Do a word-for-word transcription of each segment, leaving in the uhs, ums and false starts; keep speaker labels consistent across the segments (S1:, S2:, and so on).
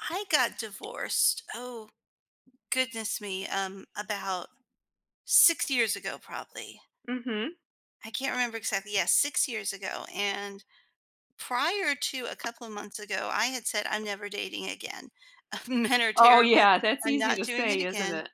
S1: I got divorced. Oh, goodness me. Um, about six years ago, probably.
S2: Mhm.
S1: I can't remember exactly. Yes, six years ago. And prior to a couple of months ago, I had said, I'm never dating again. Men are
S2: Oh,
S1: terrible.
S2: yeah, that's
S1: I'm
S2: easy
S1: not
S2: to
S1: doing it
S2: say, isn't
S1: again.
S2: it?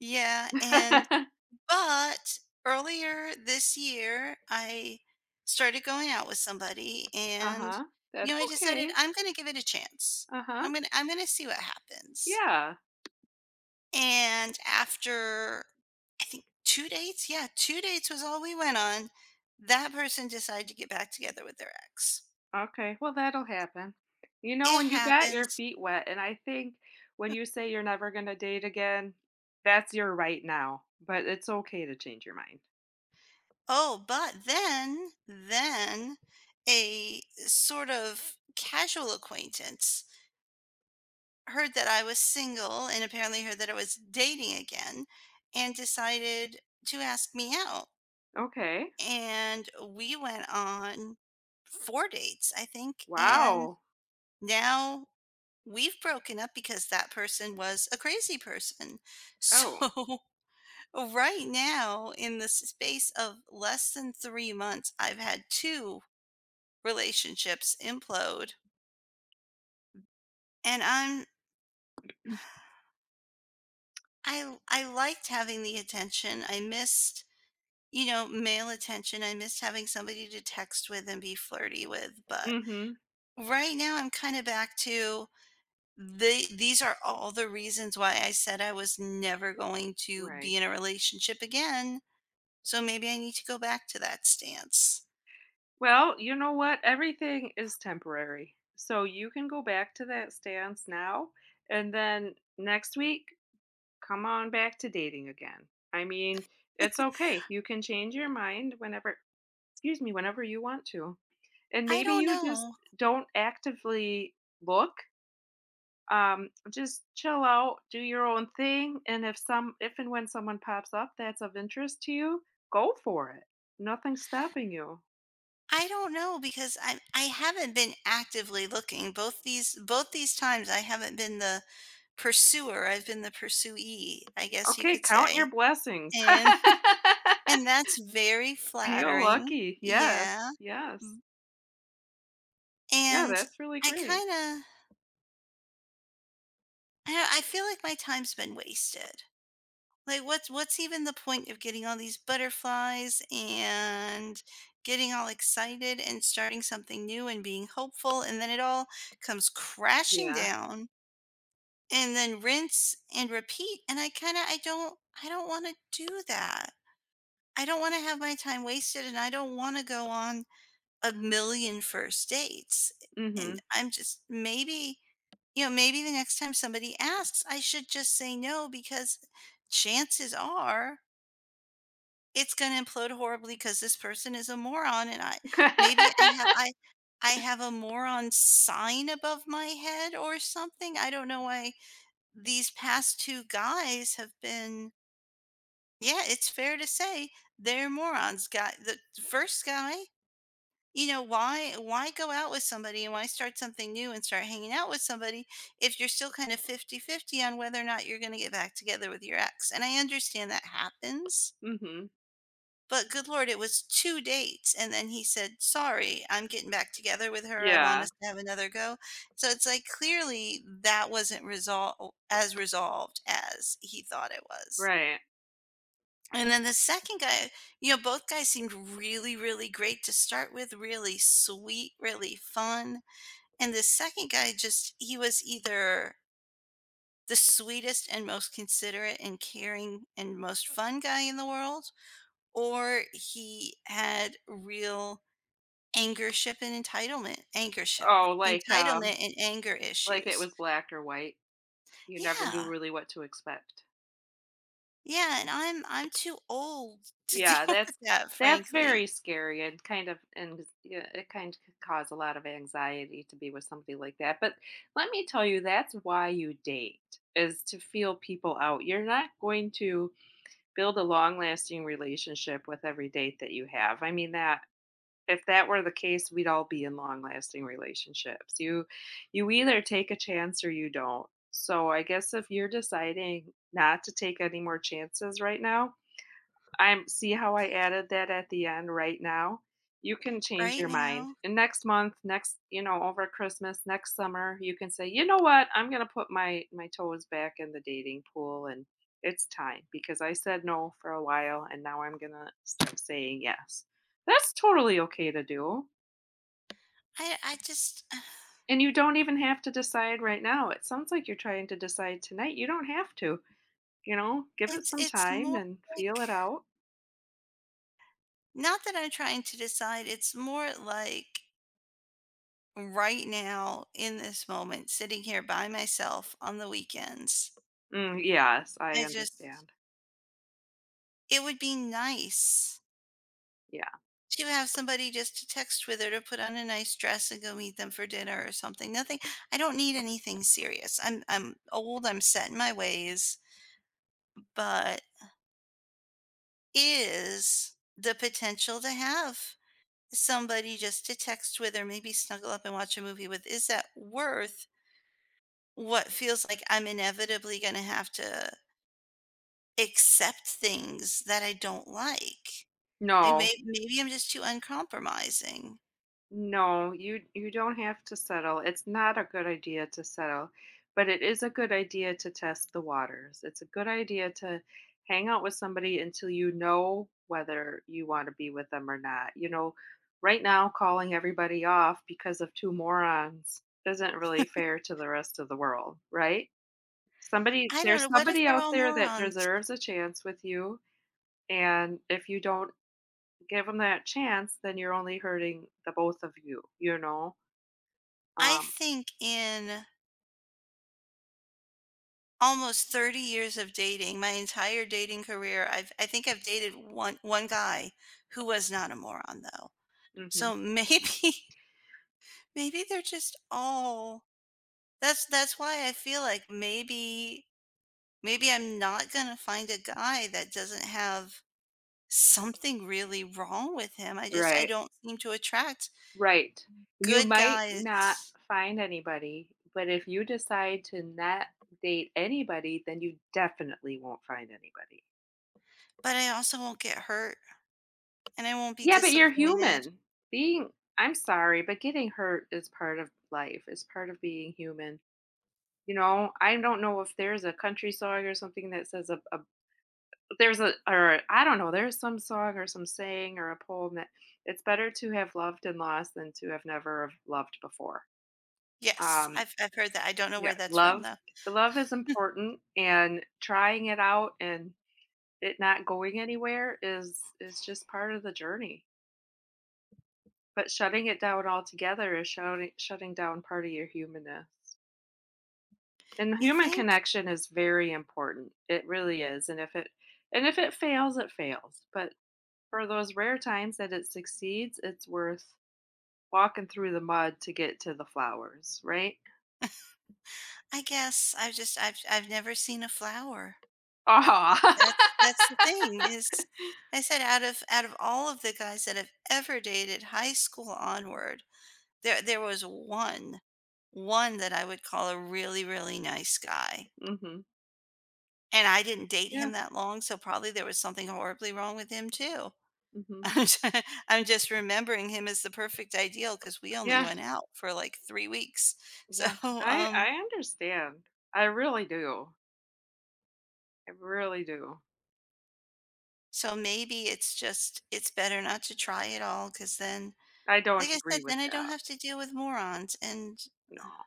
S1: Yeah. And, but earlier this year, I started going out with somebody and,
S2: Uh-huh. That's
S1: you know, I decided
S2: okay.
S1: I'm going to give it a chance.
S2: Uh-huh.
S1: I'm going to, I'm going to see what happens.
S2: Yeah.
S1: And after I think two dates? Yeah, two dates was all we went on. That person decided to get back together with their ex.
S2: Okay, well, that'll happen. You know,
S1: It
S2: when you got your
S1: happens.
S2: feet wet and I think when you say you're never gonna date again, that's your right now, but it's okay to change your mind.
S1: Oh, but then then a sort of casual acquaintance heard that I was single and apparently heard that I was dating again and decided to ask me out.
S2: Okay.
S1: And we went on four dates, I think, and
S2: Wow.
S1: now we've broken up because that person was a crazy person.
S2: Oh.
S1: So, right now, in the space of less than three months, I've had two relationships implode, and I'm I I liked having the attention. I missed, you know, male attention. I missed having somebody to text with and be flirty with, but
S2: Mhm.
S1: right now I'm kinda back to the these are all the reasons why I said I was never going to be
S2: Right.
S1: in a relationship again. So maybe I need to go back to that stance.
S2: Well, you know what? Everything is temporary. So you can go back to that stance now, and then next week come on back to dating again. I mean, it's okay. You can change your mind whenever, excuse me, whenever you want to. And
S1: I
S2: maybe
S1: don't
S2: you just
S1: know.
S2: don't actively look. Um, just chill out, do your own thing, and if some if and when someone pops up that's of interest to you, go for it. Nothing's stopping you.
S1: I don't know because I I haven't been actively looking. Both these both these times I haven't been the pursuer. I've been the pursuee, I guess you
S2: Okay,
S1: could
S2: count your
S1: say.
S2: blessings.
S1: And and that's very
S2: Feel
S1: flattering.
S2: lucky. Yes.
S1: Yeah.
S2: Yes. Yeah,
S1: And
S2: that's really
S1: I
S2: great.
S1: kind of I I feel like my time's been wasted. Like, what's what's even the point of getting all these butterflies and getting all excited and starting something new and being hopeful, and then it all comes crashing
S2: Yeah.
S1: down and then rinse and repeat, and I kind of I don't I don't want to do that. I don't want to have my time wasted, and I don't want to go on a million first dates.
S2: Mhm.
S1: And I'm just maybe, you know, maybe the next time somebody asks, I should just say no, because chances are it's gonna implode horribly because this person is a moron. and I maybe I have I I have a moron sign above my head or something. I don't know why these past two guys have been, yeah, it's fair to say, they're morons. Guy the first guy, you know, why why go out with somebody and why start something new and start hanging out with somebody if you're still kind of fifty-fifty on whether or not you're gonna get back together with your ex? And I understand that happens.
S2: Mhm.
S1: But good lord, it was two dates, and then he said, "Sorry, I'm getting back together with her, I want
S2: Yeah,
S1: us to have another go." So it's like, clearly, that wasn't resol as resolved as he thought it was.
S2: right.
S1: And then the second guy you know, both guys seemed really, really great to start with, really sweet, really fun, and the second guy, just he was either the sweetest and most considerate and caring and most fun guy in the world, or he had real Angership and entitlement. Angership,
S2: Oh, like,
S1: entitlement,
S2: um,
S1: and anger
S2: like it
S1: issues.
S2: was black or white. You never knew
S1: Yeah.
S2: really what to expect.
S1: Yeah, and I'm I'm too old to deal
S2: Yeah,
S1: with
S2: that's
S1: that,
S2: that's
S1: frankly,
S2: very scary and kind of and yeah, it kind of could cause a lot of anxiety to be with somebody like that. But let me tell you, that's why you date is to feel people out. You're not going to build a long-lasting relationship with every date that you have. I mean that if that were the case, we'd all be in long-lasting relationships. You you either take a chance or you don't. So I guess if you're deciding not to take any more chances right now, I'm see how I added that at the end right now? You can change
S1: right
S2: your mind.
S1: now.
S2: And next month, next, you know, over Christmas, next summer, you can say, "You know what? I'm gonna put my my toes back in the dating pool and it's time because I said no for a while and now I'm gonna start saying yes." That's totally okay to do.
S1: I I just
S2: And you don't even have to decide right now. It sounds like you're trying to decide tonight. You don't have to, you know, give it
S1: it's
S2: some
S1: it's
S2: time
S1: more
S2: and
S1: like,
S2: feel it out.
S1: not that I'm trying to decide, it's more like right now in this moment, sitting here by myself on the weekends.
S2: Mm, yes, I
S1: I just
S2: understand.
S1: It would be nice
S2: Yeah.
S1: to have somebody just to text with, or to put on a nice dress and go meet them for dinner or something. Nothing. I don't need anything serious. I'm I'm old, I'm set in my ways, but is the potential to have somebody just to text with or maybe snuggle up and watch a movie with, is that worth what feels like I'm inevitably going to have to accept things that I don't like? Like,
S2: No,
S1: may- maybe I'm just too uncompromising.
S2: no, you you don't have to settle. It's not a good idea to settle, but it is a good idea to test the waters. It's a good idea to hang out with somebody until you know whether you want to be with them or not. You know, right now calling everybody off because of two morons isn't really fair to the rest of the world, right? Somebody
S1: I don't
S2: There's
S1: know. What if
S2: somebody
S1: they're
S2: out
S1: all
S2: there that
S1: morons?
S2: deserves a chance with you, and if you don't give them that chance, then you're only hurting the both of you, you know?
S1: I
S2: Um,
S1: think in almost thirty years of dating, my entire dating career, I've I think I've dated one one guy who was not a moron, though.
S2: hmm.
S1: So maybe maybe they're just all, that's that's why I feel like maybe maybe I'm not going to find a guy that doesn't have something really wrong with him. I just I
S2: Right,
S1: don't seem to attract
S2: right. You
S1: good
S2: might not
S1: guys,
S2: find anybody, but if you decide to not date anybody, then you definitely won't find anybody.
S1: but I also won't get hurt and I won't be
S2: Yeah, but you're
S1: disappointed.
S2: human. Being, I'm sorry, but getting hurt is part of life, is part of being human. You know, I don't know if there's a country song or something that says a, a there's a, or I don't know, there's some song or some saying or a poem that it's better to have loved and lost than to have never have loved before.
S1: Yes,
S2: Um,
S1: I've I've heard that. I don't know
S2: yeah,
S1: where that's from,
S2: love
S1: though.
S2: love is important and trying it out and it not going anywhere is is just part of the journey. But shutting it down altogether is shutting shutting down part of your humanness. And
S1: You
S2: human
S1: think?
S2: connection is very important. It really is. And if it and if it fails, it fails. But for those rare times that it succeeds, it's worth walking through the mud to get to the flowers, right?
S1: I guess I've just I've I've never seen a flower.
S2: Aw.
S1: That's that's the thing is, I said, out of out of all of the guys that I've ever dated, high school onward, there there was one, one that I would call a really, really nice guy.
S2: Mhm.
S1: And I didn't date
S2: Yeah,
S1: him that long, so probably there was something horribly wrong with him too.
S2: mhm.
S1: I'm ju I'm just remembering him as the perfect ideal because we only
S2: Yeah,
S1: went out for, like, three weeks. So,
S2: yeah. I I
S1: um
S2: understand. I really do. I really do.
S1: so maybe it's just it's better not to try it all, because then,
S2: I
S1: like
S2: don't
S1: I
S2: agree
S1: said,
S2: with
S1: then I don't
S2: that.
S1: have to deal with morons. And
S2: No.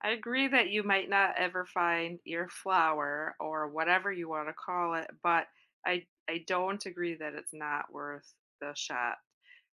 S2: I agree that you might not ever find your flower or whatever you want to call it, but I I don't agree that it's not worth the shot.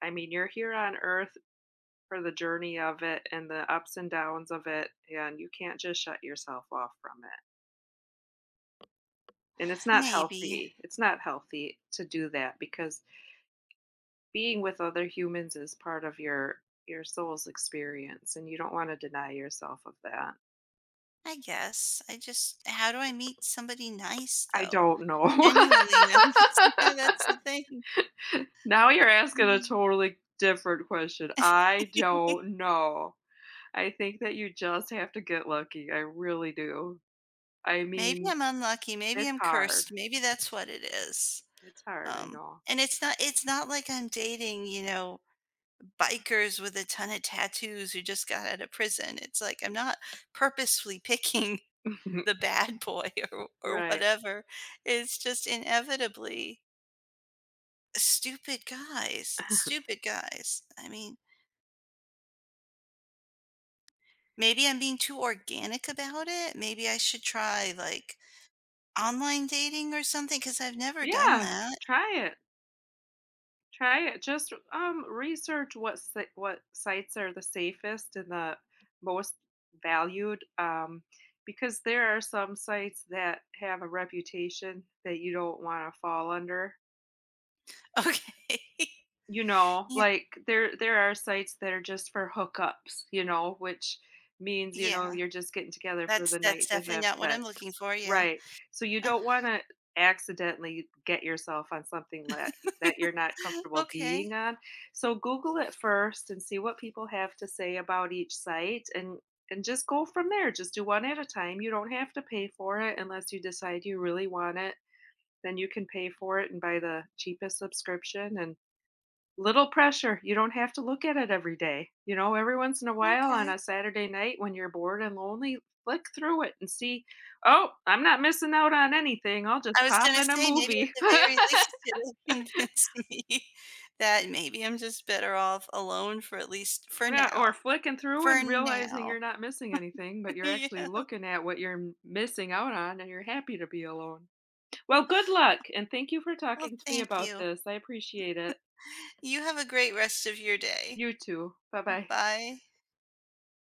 S2: I mean, you're here on earth for the journey of it and the ups and downs of it, and you can't just shut yourself off from it. And it's not
S1: maybe.
S2: healthy. It's not healthy to do that because being with other humans is part of your your soul's experience and you don't want to deny yourself of that.
S1: I guess. I just How do I meet somebody nice,
S2: I
S1: though?
S2: don't know.
S1: Genuinely nice. Yeah, that's the thing.
S2: Now you're asking a totally different question. I don't know. I think that you just have to get lucky. I really do. I
S1: Maybe
S2: mean,
S1: I'm unlucky, maybe
S2: it's
S1: I'm
S2: hard.
S1: cursed, maybe that's what it is.
S2: It's hard, I
S1: Um,
S2: know.
S1: and it's not it's not like I'm dating, you know, bikers with a ton of tattoos who just got out of prison. It's like, I'm not purposefully picking the bad boy or or
S2: Right.
S1: whatever. It's just inevitably stupid guys, stupid guys. I mean, maybe I'm being too organic about it. Maybe I should try, like, online dating or something, because 'cause I've never done
S2: Yeah,
S1: that.
S2: try it. Try it. Just, um, research what si what sites are the safest and the most valued, um, because there are some sites that have a reputation that you don't wanna fall under.
S1: Okay.
S2: You know, like, there there are sites that are just for hookups, you know, which means, you know,
S1: Yeah,
S2: you're just getting together for
S1: that's
S2: the
S1: that's
S2: night to
S1: definitely
S2: have
S1: not what I'm
S2: sex.
S1: looking for, yeah.
S2: Right. So you
S1: Uh,
S2: don't wanna accidentally get yourself on something that that you're not comfortable
S1: Okay,
S2: being on. So Google it first and see what people have to say about each site and and just go from there. Just do one at a time. You don't have to pay for it unless you decide you really want it. Then you can pay for it and buy the cheapest subscription and little pressure, you don't have to look at it every day, you know, every once in a while on
S1: okay.
S2: a Saturday night when you're bored and lonely, flick through it and see, "Oh, I'm not missing out on anything, I'll just
S1: I was
S2: pop
S1: gonna
S2: in a
S1: say, maybe
S2: movie."
S1: at the very least it'll convince me that maybe I'm just better off alone, for at least for
S2: Yeah, or
S1: now.
S2: flicking through
S1: For
S2: and realizing
S1: now.
S2: you're not missing anything, but you're actually
S1: Yeah.
S2: looking at what you're m missing out on, and you're happy to be alone. Well, good luck, and thank you for
S1: Well,
S2: talking to me
S1: thank
S2: about
S1: you.
S2: this, I appreciate it.
S1: You have a great rest of your day.
S2: You too. Bye-bye.
S1: Bye.